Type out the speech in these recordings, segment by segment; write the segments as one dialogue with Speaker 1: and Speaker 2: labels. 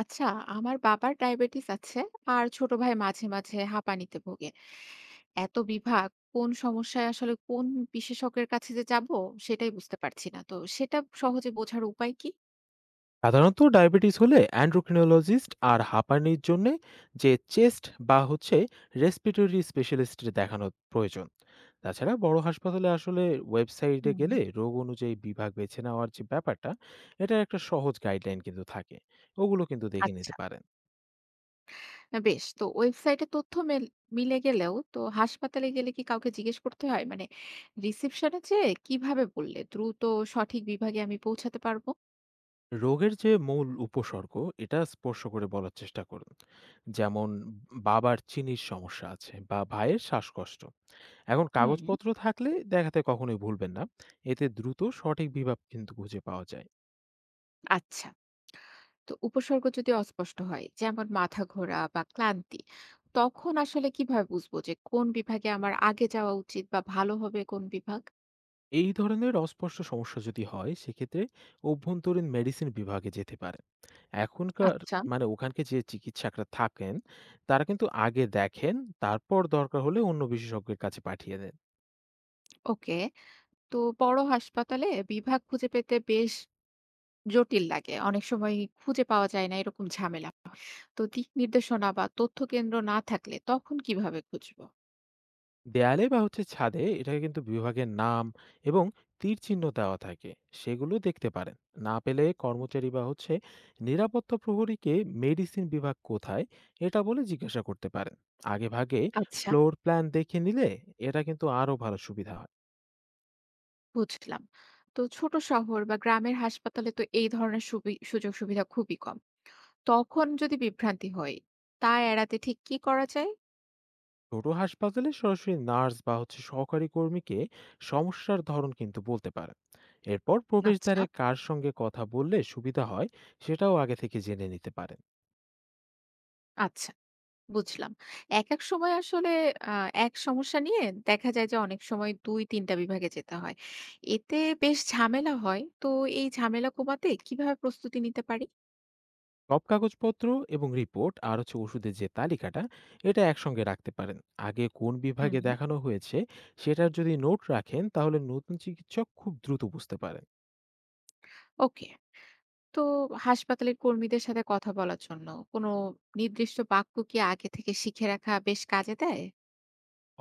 Speaker 1: আচ্ছা, আমার বাবার ডায়াবেটিস আছে আর ছোট ভাই মাঝে মাঝে হাঁপানিতে ভোগে। এত বিভাগ, কোন সমস্যায় আসলে কোন বিশেষজ্ঞের কাছে যে যাব সেটাই বুঝতে পারছি না। তো সেটা সহজে বোঝার উপায় কি?
Speaker 2: সাধারণত ডায়াবেটিস হলে অ্যান্ড্রোক্রিনোলজিস্ট আর হাঁপানির জন্য যে চেস্ট বা রেসপিরেটরি স্পেশালিস্ট দেখানো প্রয়োজন। তাছাড়া বড় হাসপাতালে আসলে ওয়েবসাইটে
Speaker 1: হুম,
Speaker 2: গেলে রোগ অনুযায়ী বিভাগ বেছে নেওয়ার যে ব্যাপারটা, এটার একটা সহজ গাইডলাইন কিন্তু থাকে, ওগুলো কিন্তু দেখে নিতে
Speaker 1: আচ্ছা,
Speaker 2: পারেন।
Speaker 1: বেশ। তো ওয়েবসাইটে তথ্য মিলে গেলেও তো হাসপাতালে গেলে কি কাউকে জিজ্ঞেস করতে হয়? মানে রিসেপশনে যেয়ে কিভাবে বললে দ্রুত সঠিক বিভাগে আমি পৌঁছাতে পারবো?
Speaker 2: রোগের যে মূল উপসর্গ, এটা স্পর্শ করে বলার চেষ্টা করুন। যেমন, বাবার চিনির সমস্যা আছে বা ভাইয়ের শ্বাসকষ্ট। এখন
Speaker 1: হুম,
Speaker 2: কাগজপত্র থাকলে দেখাতে কখনোই ভুলবেন না, এতে দ্রুত সঠিক বিভাগ কিন্তু খুঁজে পাওয়া যায়।
Speaker 1: আচ্ছা। তো উপসর্গ যদি অস্পষ্ট হয়, যেমন মাথা ঘোরা বা ক্লান্তি, তখন আসলে কিভাবে বুঝবো যে কোন বিভাগে আমার আগে যাওয়া উচিত বা ভালো হবে কোন বিভাগ?
Speaker 2: এই ধরনের অস্পষ্ট সমস্যা যদি হয়, সেক্ষেত্রে অভ্যন্তরীণ মেডিসিন বিভাগে যেতে পারেন। এখনকার
Speaker 1: আচ্ছা,
Speaker 2: মানে, ওখানকে যে চিকিৎসকরা থাকেন, তারা কিন্তু আগে দেখেন, তারপর দরকার হলে অন্য বিশেষজ্ঞের কাছে পাঠিয়ে দেন।
Speaker 1: ওকে। তো বড় হাসপাতালে বিভাগ খুঁজে পেতে বেশ জটিল লাগে অনেক সময়, খুঁজে পাওয়া যায় না, এরকম ঝামেলা হয়। তো দিক নির্দেশনা বা তথ্য কেন্দ্র না থাকলে তখন কিভাবে খুঁজবো?
Speaker 2: দেয়ালে বা ছাদে এটা কিন্তু বিভাগের নাম এবং তীর চিহ্ন দেওয়া থাকে, সেগুলো দেখতে পারেন। না পেলে কর্মচারী বা নিরাপত্তা প্রহরীকে মেডিসিন বিভাগ কোথায়, এটা বলে জিজ্ঞাসা করতে পারেন। আগে ভাগে
Speaker 1: আচ্ছা,
Speaker 2: ফ্লোর প্ল্যান দেখে নিলে এটা কিন্তু আরো ভালো সুবিধা হয়।
Speaker 1: বুঝলাম। তো ছোট শহর বা গ্রামের হাসপাতালে তো এই ধরনের সুযোগ সুবিধা খুবই কম। তখন যদি বিভ্রান্তি হয়, তা এড়াতে ঠিক কি করা যায়?
Speaker 2: ছোট হাসপাতালে সরাসরি নার্স বা সহকারী কর্মীকে সমস্যার ধরন কিন্তু বলতে পারেন। এরপর
Speaker 1: আচ্ছা,
Speaker 2: প্রবেশদ্বারে কার সঙ্গে কথা বললে সুবিধা হয়, সেটাও আগে থেকে জেনে নিতে পারেন।
Speaker 1: আচ্ছা। বুঝলাম। এক সময় আসলে আ এক সমস্যা নিয়ে দেখা যায় যে অনেক সময় ২-৩ টা বিভাগে যেতে হয়। এতে বেশ ঝামেলা হয়। তো এই ঝামেলা কমাতে কিভাবে প্রস্তুতি নিতে পারি?
Speaker 2: সব কাগজপত্র এবং রিপোর্ট আর ওষুধের যে তালিকাটা, এটা একসঙ্গে রাখতে পারেন। আগে কোন
Speaker 1: হুম,
Speaker 2: বিভাগে
Speaker 1: হুম।
Speaker 2: দেখানো হয়েছে, সেটার যদি নোট রাখেন তাহলে নতুন চিকিৎসক খুব দ্রুত বুঝতে পারেন।
Speaker 1: ওকে। তো হাসপাতালের কর্মীদের সাথে কথা বলার জন্য কোনো নির্দিষ্ট বাক্য কি আগে থেকে শিখে রাখা বেশ কাজে দেয়?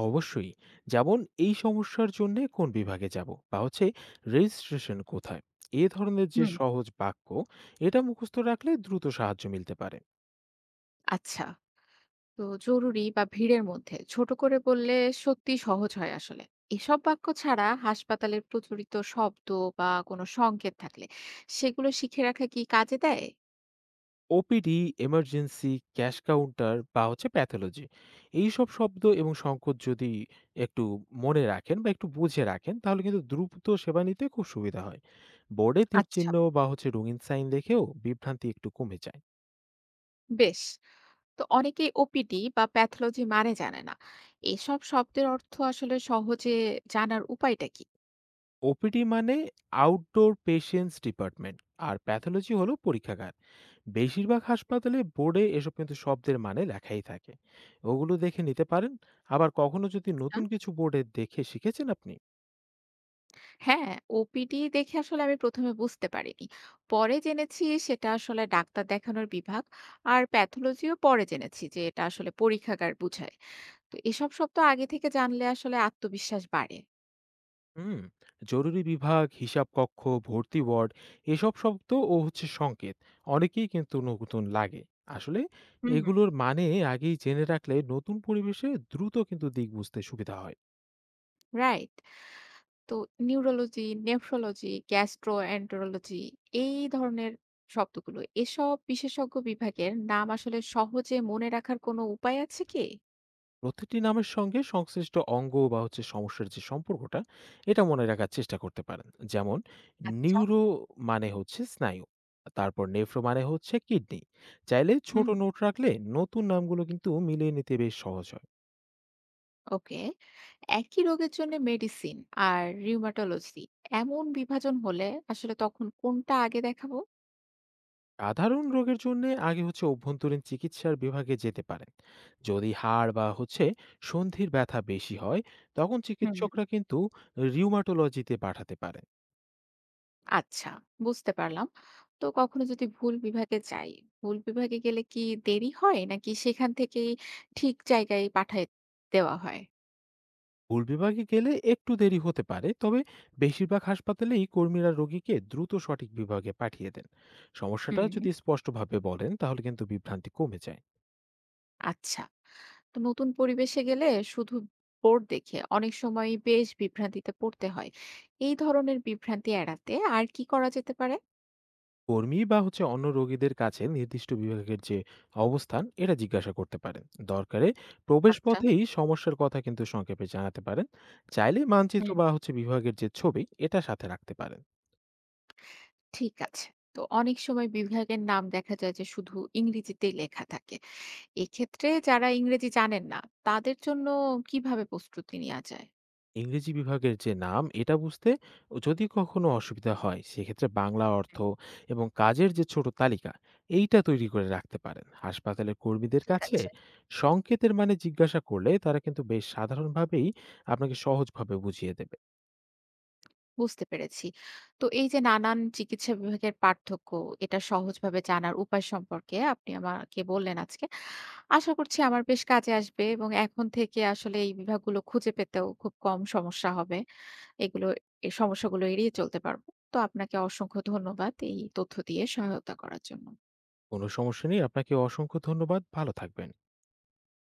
Speaker 2: অবশ্যই। যেমন, এই সমস্যার জন্য কোন বিভাগে যাব বা রেজিস্ট্রেশন কোথায়, এ ধরনের যে
Speaker 1: হুম।
Speaker 2: সহজ বাক্য, এটা মুখস্থ রাখলে দ্রুত সাহায্য মিলতে পারে।
Speaker 1: আচ্ছা। তো জরুরি বা ভিড়ের মধ্যে ছোট করে বললে সত্যি সহজ হয় আসলে। এসব বাক্য ছাড়া হাসপাতালের প্রচলিত শব্দ বা কোনো সংকেত থাকলে সেগুলো শিখে রাখা কি কাজে দেয়?
Speaker 2: ওপিডি, এমার্জেন্সি, ক্যাশ কাউন্টার বা প্যাথোলজি, এইসব শব্দ এবং সংকট যদি একটু মনে রাখেন বা একটু বুঝে রাখেন তাহলে কিন্তু দ্রুত সেবা নিতে খুব সুবিধা হয়। বোর্ডে তীর
Speaker 1: আচ্ছা,
Speaker 2: চিহ্ন বা রঙিন সাইন দেখেও বিভ্রান্তি একটু কমে যায়।
Speaker 1: বেশ। তো অনেকেই ওপিডি বা প্যাথোলজি মানে জানে না। এসব শব্দের অর্থ আসলে সহজে জানার উপায়টা কি?
Speaker 2: ওপিডি মানে আউটডোর পেশেন্টস ডিপার্টমেন্ট, আর প্যাথোলজি হলো পরীক্ষাগার। বেশিরভাগ হাসপাতালে বোর্ডে এসব কিন্তু শব্দের মানে লেখাই থাকে, ওগুলো দেখে নিতে পারেন। আবার কখনো যদি
Speaker 1: আচ্ছা,
Speaker 2: নতুন কিছু বোর্ডে দেখে শিখেছেন আপনি।
Speaker 1: হ্যাঁ। ওপিডি দেখে আসলে আমি প্রথমে বুঝতে পারিনি, পরে জেনেছি সেটা আসলে ডাক্তার দেখানোর বিভাগ। আর প্যাথোলজিও পরে জেনেছি যে এটা আসলে পরীক্ষাগার বোঝায়। তো এসব শব্দ আগে থেকে জানলে আসলে আত্মবিশ্বাস বাড়ে।
Speaker 2: হুম। জরুরি বিভাগ, হিসাব কক্ষ, ভর্তি ওয়ার্ড, এসব শব্দ ও সংকেত অনেকেই কিন্তু নতুন লাগে আসলে।
Speaker 1: হুম, হুম।
Speaker 2: এগুলোর মানে আগেই জেনে রাখলে নতুন পরিবেশে দ্রুত কিন্তু দিক বুঝতে সুবিধা হয়।
Speaker 1: রাইট? তো নিউরোলজি, নেফ্রোলজি, গ্যাস্ট্রোএন্টেরোলজি, এই ধরনের শব্দগুলো। এসব বিশেষজ্ঞ বিভাগের নাম আসলে সহজে মনে রাখার কোনো উপায় আছে কি?
Speaker 2: প্রতিটি নামের সঙ্গে সংশ্লিষ্ট অঙ্গ বা সমস্যার যে সম্পর্কটা, এটা মনে রাখার চেষ্টা করতে পারেন। যেমন,
Speaker 1: আচ্ছা।
Speaker 2: নিউরো মানে হচ্ছে স্নায়ু, তারপর নেফ্রো মানে হচ্ছে কিডনি। চাইলে ছোট
Speaker 1: হুম।
Speaker 2: নোট রাখলে নতুন নামগুলো কিন্তু মিলিয়ে নিতে বেশ সহজ হয়।
Speaker 1: ওকে। একই রোগের জন্য মেডিসিন আর রিউমাটোলজি, এমন বিভাজন হলে আসলে তখন কোনটা আগে দেখাবো?
Speaker 2: সাধারণ রোগের জন্য আগে অভ্যন্তরীণ চিকিৎসার বিভাগে যেতে পারেন। যদি হাড় বা সন্ধির ব্যথা বেশি হয়, তখন চিকিৎসকরা কিন্তু রিউমাটোলজিতে পাঠাতে পারেন।
Speaker 1: আচ্ছা, বুঝতে পারলাম। তো কখনো যদি ভুল বিভাগে যাই, ভুল বিভাগে গেলে কি দেরি হয় নাকি সেখান থেকেই ঠিক জায়গায় পাঠায় দেওয়া হয়?
Speaker 2: ভুল বিভাগে গেলে একটু দেরি হতে পারে, তবে বেশিরভাগ হাসপাতালেই কর্মীরা রোগীকে দ্রুত সঠিক বিভাগে পাঠিয়ে দেন। সমস্যাটা
Speaker 1: হুম,
Speaker 2: যদি স্পষ্টভাবে বলেন তাহলে কিন্তু বিভ্রান্তি কমে যায়।
Speaker 1: আচ্ছা। তো নতুন পরিবেশে গেলে শুধু বোর্ড দেখে অনেক সময় বেশ বিভ্রান্তিতে পড়তে হয়। এই ধরনের বিভ্রান্তি এড়াতে আর কি করা যেতে পারে?
Speaker 2: কর্মী বা অন্য রোগীদের কাছে নির্দিষ্ট বিভাগের যে অবস্থান, এটা জিজ্ঞাসা করতে পারেন। দরকারে প্রবেশ
Speaker 1: আচ্ছা,
Speaker 2: পথেই সমস্যার কথা কিন্তু সংক্ষেপে জানাতে পারেন। চাইলে মানচিত্র
Speaker 1: হুম,
Speaker 2: বা বিভাগের যে ছবি এটা সাথে রাখতে পারেন।
Speaker 1: ঠিক আছে। তো অনেক সময় বিভাগের নাম দেখা যায় যে শুধু ইংরেজিতেই লেখা থাকে। এক্ষেত্রে যারা ইংরেজি জানেন না তাদের জন্য কিভাবে প্রস্তুতি নেওয়া যায়?
Speaker 2: ইংরেজি বিভাগের যে নাম এটা বুঝতে যদি কখনো অসুবিধা হয়, সেক্ষেত্রে বাংলা অর্থ এবং কাজের যে ছোট তালিকা, এইটা তৈরি করে রাখতে পারেন। হাসপাতালের কর্মীদের
Speaker 1: ঠিক
Speaker 2: কাছে
Speaker 1: আছে,
Speaker 2: সংকেতের মানে জিজ্ঞাসা করলে তারা কিন্তু বেশ সাধারণভাবেই আপনাকে সহজভাবে বুঝিয়ে দেবে।
Speaker 1: বুঝতে পেরেছি। তো এই যে নানান চিকিৎসা বিভাগের পার্থক্য, এটা সহজভাবে জানার উপায় সম্পর্কে আপনি আমাকে বললেন আজকে। আশা করছি আমার বেশ কাজে আসবে এবং এখন থেকে আসলে এই বিভাগগুলো খুঁজে পেতেও খুব কম সমস্যা হবে। এগুলো এই সমস্যাগুলো এড়িয়ে চলতে পারবো। তো আপনাকে অসংখ্য ধন্যবাদ এই তথ্য দিয়ে সহায়তা করার জন্য।
Speaker 2: কোনো সমস্যা নেই। আপনাকে অসংখ্য ধন্যবাদ। ভালো থাকবেন।